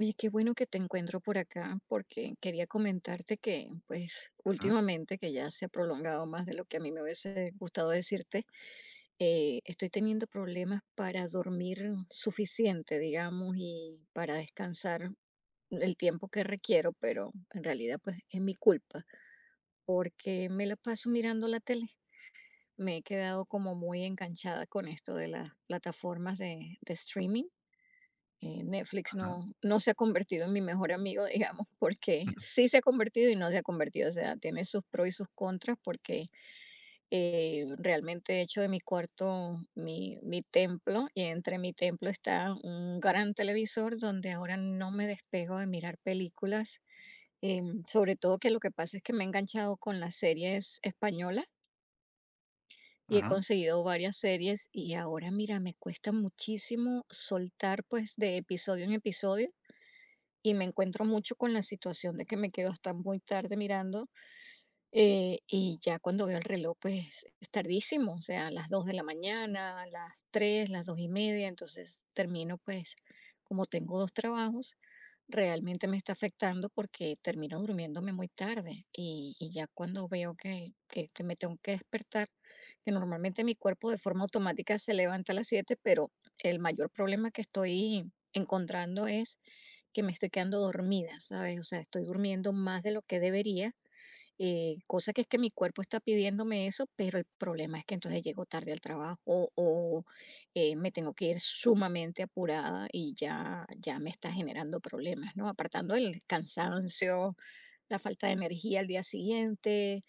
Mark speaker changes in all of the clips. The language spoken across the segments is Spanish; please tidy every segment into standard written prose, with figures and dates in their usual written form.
Speaker 1: Oye, qué bueno que te encuentro por acá, porque quería comentarte que, pues,
Speaker 2: Ujú,
Speaker 1: últimamente, que ya se ha prolongado más de lo que a mí me hubiese gustado decirte, estoy teniendo problemas para dormir suficiente, digamos, y para descansar el tiempo que requiero, pero en realidad, pues, es mi culpa, porque me la paso mirando la tele. Me he quedado como muy enganchada con esto de las plataformas de streaming. Netflix
Speaker 2: ujú,
Speaker 1: no se ha convertido en mi mejor amigo, digamos, porque
Speaker 2: ujú,
Speaker 1: sí se ha convertido y no se ha convertido. O sea, tiene sus pros y sus contras porque realmente he hecho de mi cuarto mi templo y entre mi templo está un gran televisor donde ahora no me despego de mirar películas. Sobre todo que lo que pasa es que me he enganchado con las series españolas y he
Speaker 2: ujú.
Speaker 1: conseguido varias series y ahora mira, me cuesta muchísimo soltar pues de episodio en episodio. Y me encuentro mucho con la situación de que me quedo hasta muy tarde mirando. Y ya cuando veo el reloj, pues es tardísimo, o sea, a las 2 de la mañana, a las tres, las 2 y media, entonces termino pues, como tengo dos trabajos, realmente me está afectando porque termino durmiéndome muy tarde y, ya cuando veo que me tengo que despertar, que normalmente mi cuerpo de forma automática se levanta a las siete, pero el mayor problema que estoy encontrando es que me estoy quedando dormida, ¿sabes? O sea, estoy durmiendo más de lo que debería. Cosa que es que mi cuerpo está pidiéndome eso, pero el problema es que entonces llego tarde al trabajo, o me tengo que ir sumamente apurada y ya, ya me está generando problemas, ¿no? Apartando el cansancio, la falta de energía al día siguiente,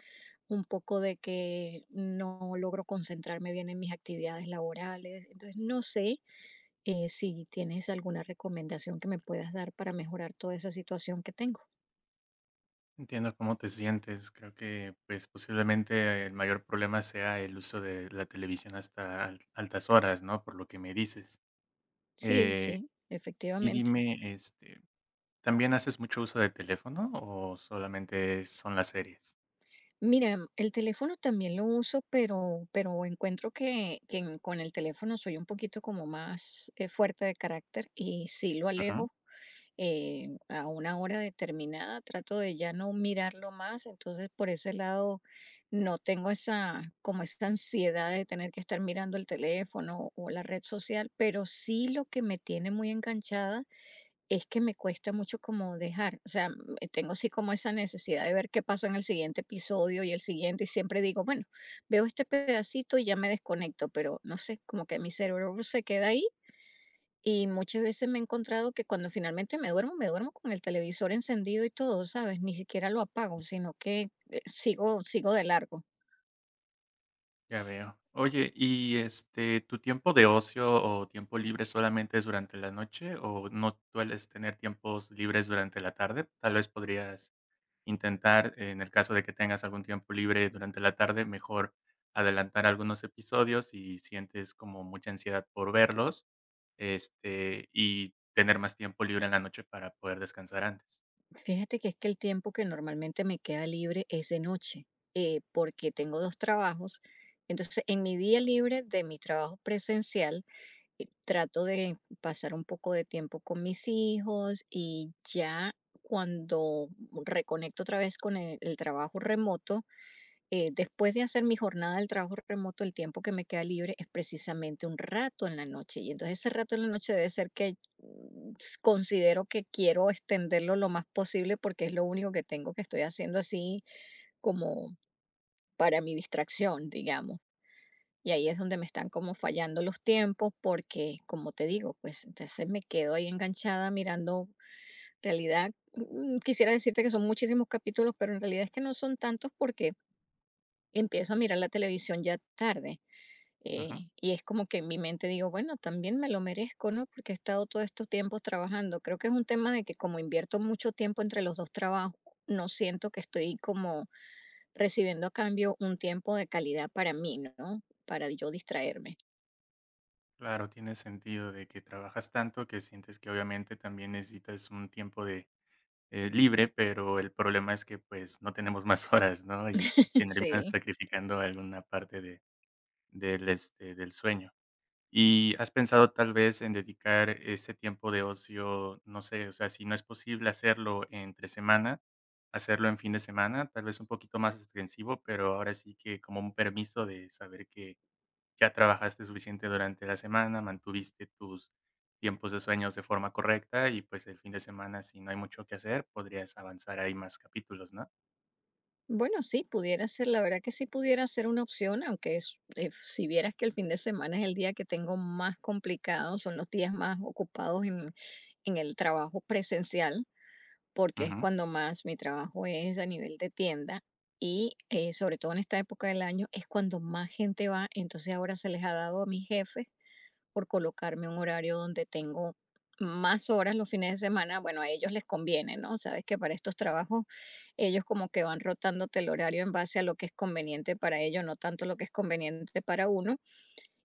Speaker 1: un poco de que no logro concentrarme bien en mis actividades laborales. Entonces, no sé, si tienes alguna recomendación que me puedas dar para mejorar toda esa situación que tengo.
Speaker 2: Entiendo cómo te sientes. Creo que, pues, posiblemente el mayor problema sea el uso de la televisión hasta altas horas, ¿no? Por lo que me dices.
Speaker 1: Sí,
Speaker 2: Eh,
Speaker 1: sí,
Speaker 2: y
Speaker 1: efectivamente.
Speaker 2: dime, ¿también haces mucho uso de teléfono o solamente son las series?
Speaker 1: Mira, el teléfono también lo uso, pero encuentro que en- con el teléfono soy un poquito como más fuerte de carácter y sí lo
Speaker 2: Ujú,
Speaker 1: alejo a una hora determinada, trato de ya no mirarlo más, entonces por ese lado no tengo esa, como esa ansiedad de tener que estar mirando el teléfono o la red social, pero sí lo que me tiene muy enganchada es que me cuesta mucho como dejar, o sea, tengo así como esa necesidad de ver qué pasó en el siguiente episodio y el siguiente, y siempre digo, bueno, veo este pedacito y ya me desconecto, pero no sé, como que mi cerebro se queda ahí y muchas veces me he encontrado que cuando finalmente me duermo con el televisor encendido y todo, ¿sabes? Ni siquiera lo apago, sino que sigo, sigo de largo.
Speaker 2: ya veo. Oye, ¿y tu tiempo de ocio o tiempo libre solamente es durante la noche o no sueles tener tiempos libres durante la tarde? Tal vez podrías intentar, en el caso de que tengas algún tiempo libre durante la tarde, mejor adelantar algunos episodios si sientes como mucha ansiedad por verlos, y tener más tiempo libre en la noche para poder descansar antes.
Speaker 1: Fíjate que es que el tiempo que normalmente me queda libre es de noche, porque tengo dos trabajos. Entonces, en mi día libre de mi trabajo presencial, trato de pasar un poco de tiempo con mis hijos y ya cuando reconecto otra vez con el trabajo remoto, después de hacer mi jornada del trabajo remoto, el tiempo que me queda libre es precisamente un rato en la noche. Y entonces ese rato en la noche debe ser que considero que quiero extenderlo lo más posible porque es lo único que tengo que estoy haciendo así como para mi distracción, digamos. Y ahí es donde me están como fallando los tiempos porque, como te digo, pues entonces me quedo ahí enganchada mirando realidad. Quisiera decirte que son muchísimos capítulos, pero en realidad es que no son tantos porque empiezo a mirar la televisión ya tarde.
Speaker 2: Ujú.
Speaker 1: Y es como que en mi mente digo, bueno, también me lo merezco, ¿no? Porque he estado todos estos tiempos trabajando. Creo que es un tema de que como invierto mucho tiempo entre los dos trabajos, no siento que estoy como recibiendo a cambio un tiempo de calidad para mí, ¿no? Para yo distraerme.
Speaker 2: Claro, tiene sentido de que trabajas tanto que sientes que obviamente también necesitas un tiempo de libre, pero el problema es que pues no tenemos más horas, ¿no? Y terminas
Speaker 1: Sí.
Speaker 2: sacrificando alguna parte del sueño. ¿Y has pensado tal vez en dedicar ese tiempo de ocio, no sé, o sea, si no es posible hacerlo entre semana, hacerlo en fin de semana, tal vez un poquito más extensivo, pero ahora sí que como un permiso de saber que ya trabajaste suficiente durante la semana, mantuviste tus tiempos de sueños de forma correcta y pues el fin de semana, si no hay mucho que hacer, podrías avanzar ahí más capítulos, ¿no?
Speaker 1: Bueno, sí, pudiera ser, la verdad que sí pudiera ser una opción, aunque es- si vieras que el fin de semana es el día que tengo más complicado, son los días más ocupados en el trabajo presencial, porque es
Speaker 2: Ujú.
Speaker 1: cuando más mi trabajo es a nivel de tienda y sobre todo en esta época del año es cuando más gente va. Entonces ahora se les ha dado a mis jefes por colocarme un horario donde tengo más horas los fines de semana. Bueno, a ellos les conviene, ¿no? Sabes que para estos trabajos ellos como que van rotándote el horario en base a lo que es conveniente para ellos, no tanto lo que es conveniente para uno.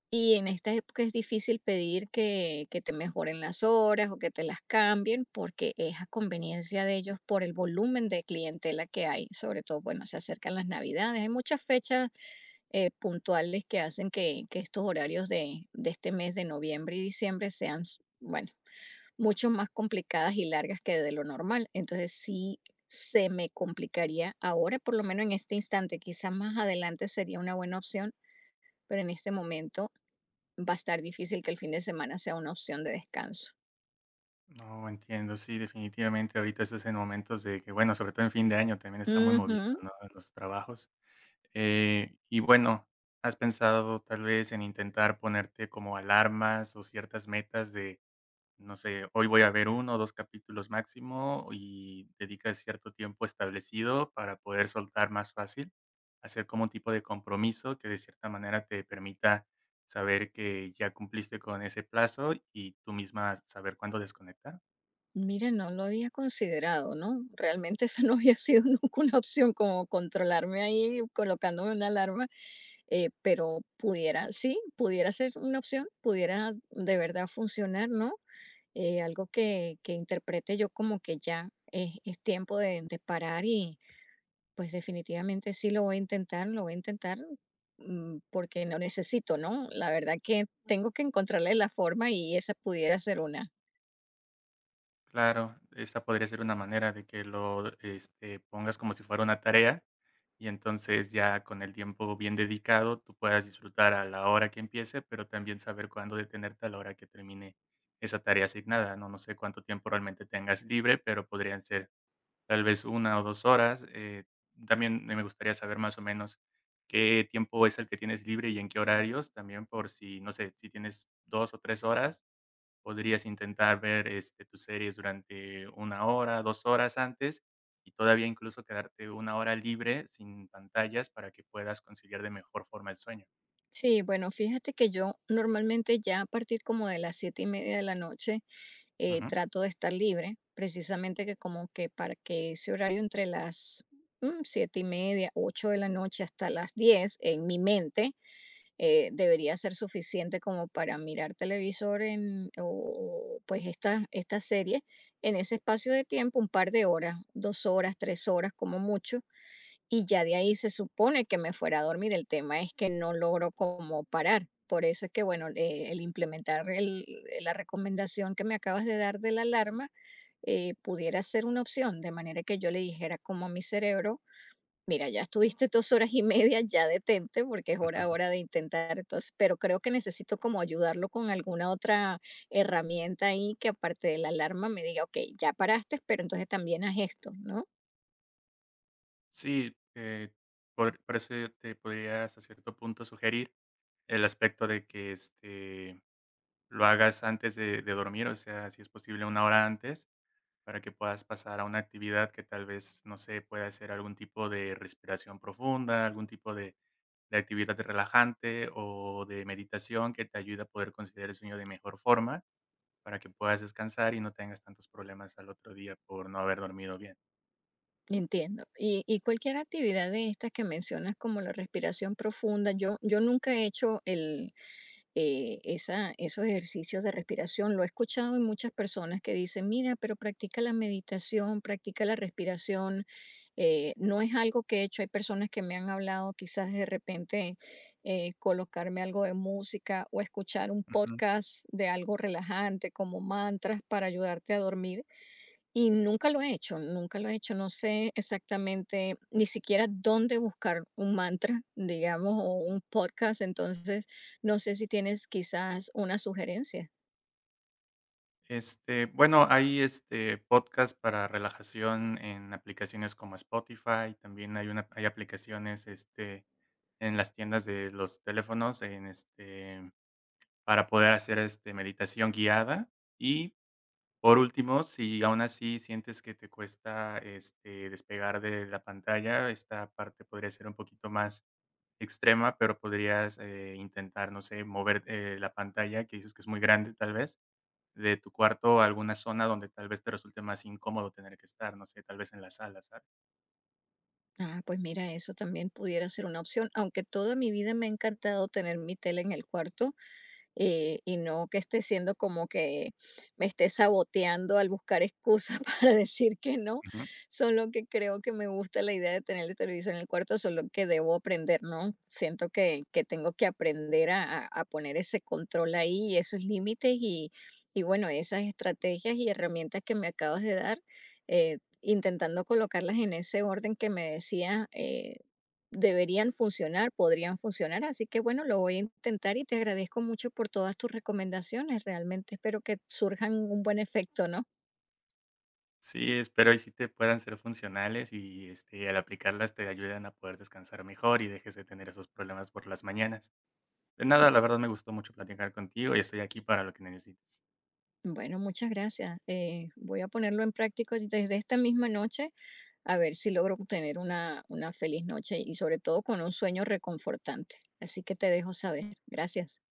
Speaker 1: Y en esta época es difícil pedir que te mejoren las horas o que te las cambien porque es a conveniencia de ellos por el volumen de clientela que hay. Sobre todo, bueno, se acercan las navidades. Hay muchas fechas puntuales que hacen que estos horarios de este mes de noviembre y diciembre sean, s- bueno, mucho más complicadas y largas que de lo normal. Entonces sí se me complicaría ahora, por lo menos en este instante. Quizás más adelante sería una buena opción, pero en este momento va a estar difícil que el fin de semana sea una opción de descanso.
Speaker 2: No, entiendo, sí, definitivamente ahorita estás en momentos de que, bueno, sobre todo en fin de año también está muy movido,
Speaker 1: Ujú.
Speaker 2: ¿no? Los trabajos. Y bueno, ¿has pensado tal vez en intentar ponerte como alarmas o ciertas metas de, no sé, hoy voy a ver uno o 2 capítulos máximo y dedicas cierto tiempo establecido para poder soltar más fácil? Hacer como un tipo de compromiso que de cierta manera te permita saber que ya cumpliste con ese plazo y tú misma saber cuándo desconectar.
Speaker 1: Mira, no lo había considerado, ¿no? Realmente esa no había sido nunca una opción como controlarme ahí colocándome una alarma, pero pudiera, sí, pudiera ser una opción, pudiera de verdad funcionar, ¿no? Algo que interprete yo como que ya es tiempo de parar. Pues definitivamente sí lo voy a intentar, lo voy a intentar, porque lo necesito, ¿no? La verdad que tengo que encontrarle la forma y esa pudiera ser una.
Speaker 2: Claro, esa podría ser una manera de que lo, pongas como si fuera una tarea, y entonces ya con el tiempo bien dedicado, tú puedas disfrutar a la hora que empiece, pero también saber cuándo detenerte a la hora que termine esa tarea asignada, ¿no? No sé cuánto tiempo realmente tengas libre, pero podrían ser tal vez una o 2 horas. También me gustaría saber más o menos qué tiempo es el que tienes libre y en qué horarios, también por si, no sé, si tienes 2 o 3 horas podrías intentar ver, tus series durante una hora, 2 horas antes, y todavía incluso quedarte una hora libre sin pantallas para que puedas conciliar de mejor forma el sueño.
Speaker 1: Sí, bueno, fíjate que yo normalmente ya a partir como de las siete y media de la noche
Speaker 2: Ujú,
Speaker 1: trato de estar libre, precisamente que como que para que ese horario entre las siete y media, ocho de la noche hasta las 10 en mi mente debería ser suficiente como para mirar televisor en, o, pues esta serie en ese espacio de tiempo, un par de horas, dos horas, tres horas como mucho, y ya de ahí se supone que me fuera a dormir, el tema es que no logro como parar. Por eso es que, bueno, el implementar el- la recomendación que me acabas de dar de la alarma pudiera ser una opción, de manera que yo le dijera como a mi cerebro, mira, ya estuviste dos horas y media, ya detente porque es hora,
Speaker 2: ujú.
Speaker 1: hora de intentar. Entonces, pero creo que necesito como ayudarlo con alguna otra herramienta ahí que aparte de la alarma me diga, ok, ya paraste, pero entonces también haz esto, ¿no?
Speaker 2: Sí, por eso yo te podría hasta cierto punto sugerir el aspecto de que, lo hagas antes de dormir, o sea, si es posible una hora antes, para que puedas pasar a una actividad que tal vez, no sé, pueda ser algún tipo de respiración profunda, algún tipo de actividad relajante o de meditación que te ayude a poder conciliar el sueño de mejor forma para que puedas descansar y no tengas tantos problemas al otro día por no haber dormido bien.
Speaker 1: Entiendo. Y cualquier actividad de estas que mencionas, como la respiración profunda, yo nunca he hecho el, esa, esos ejercicios de respiración. Lo he escuchado en muchas personas que dicen, mira, pero practica la meditación, practica la respiración. No es algo que he hecho. Hay personas que me han hablado quizás de repente colocarme algo de música o escuchar un
Speaker 2: Ujú.
Speaker 1: podcast de algo relajante como mantras para ayudarte a dormir y nunca lo he hecho, nunca lo he hecho, no sé exactamente ni siquiera dónde buscar un mantra, digamos, o un podcast, entonces no sé si tienes quizás una sugerencia.
Speaker 2: Bueno, hay este podcast para relajación en aplicaciones como Spotify, también hay una hay aplicaciones en las tiendas de los teléfonos en este para poder hacer meditación guiada y por último, si aún así sientes que te cuesta, despegar de la pantalla, esta parte podría ser un poquito más extrema, pero podrías, intentar, no sé, mover, la pantalla, que dices que es muy grande, tal vez, de tu cuarto a alguna zona donde tal vez te resulte más incómodo tener que estar, no sé, tal vez en la sala, ¿sabes?
Speaker 1: Ah, pues mira, eso también pudiera ser una opción, aunque toda mi vida me ha encantado tener mi tele en el cuarto, y no que esté siendo como que me esté saboteando al buscar excusas para decir que no.
Speaker 2: Ujú.
Speaker 1: Solo que creo que me gusta la idea de tener el televisor en el cuarto, solo que debo aprender, ¿no? Siento que tengo que aprender a poner ese control ahí, esos límites y bueno, esas estrategias y herramientas que me acabas de dar. Intentando colocarlas en ese orden que me decías, deberían funcionar, podrían funcionar. Así que bueno, lo voy a intentar y te agradezco mucho por todas tus recomendaciones. Realmente espero que surjan un buen efecto, ¿no?
Speaker 2: Sí, espero y sí te puedan ser funcionales y, al aplicarlas te ayuden a poder descansar mejor y dejes de tener esos problemas por las mañanas. De nada, la verdad me gustó mucho platicar contigo y estoy aquí para lo que necesites.
Speaker 1: Bueno, muchas gracias. Voy a ponerlo en práctica desde esta misma noche a ver si logro tener una feliz noche y sobre todo con un sueño reconfortante. Así que te dejo saber. Gracias.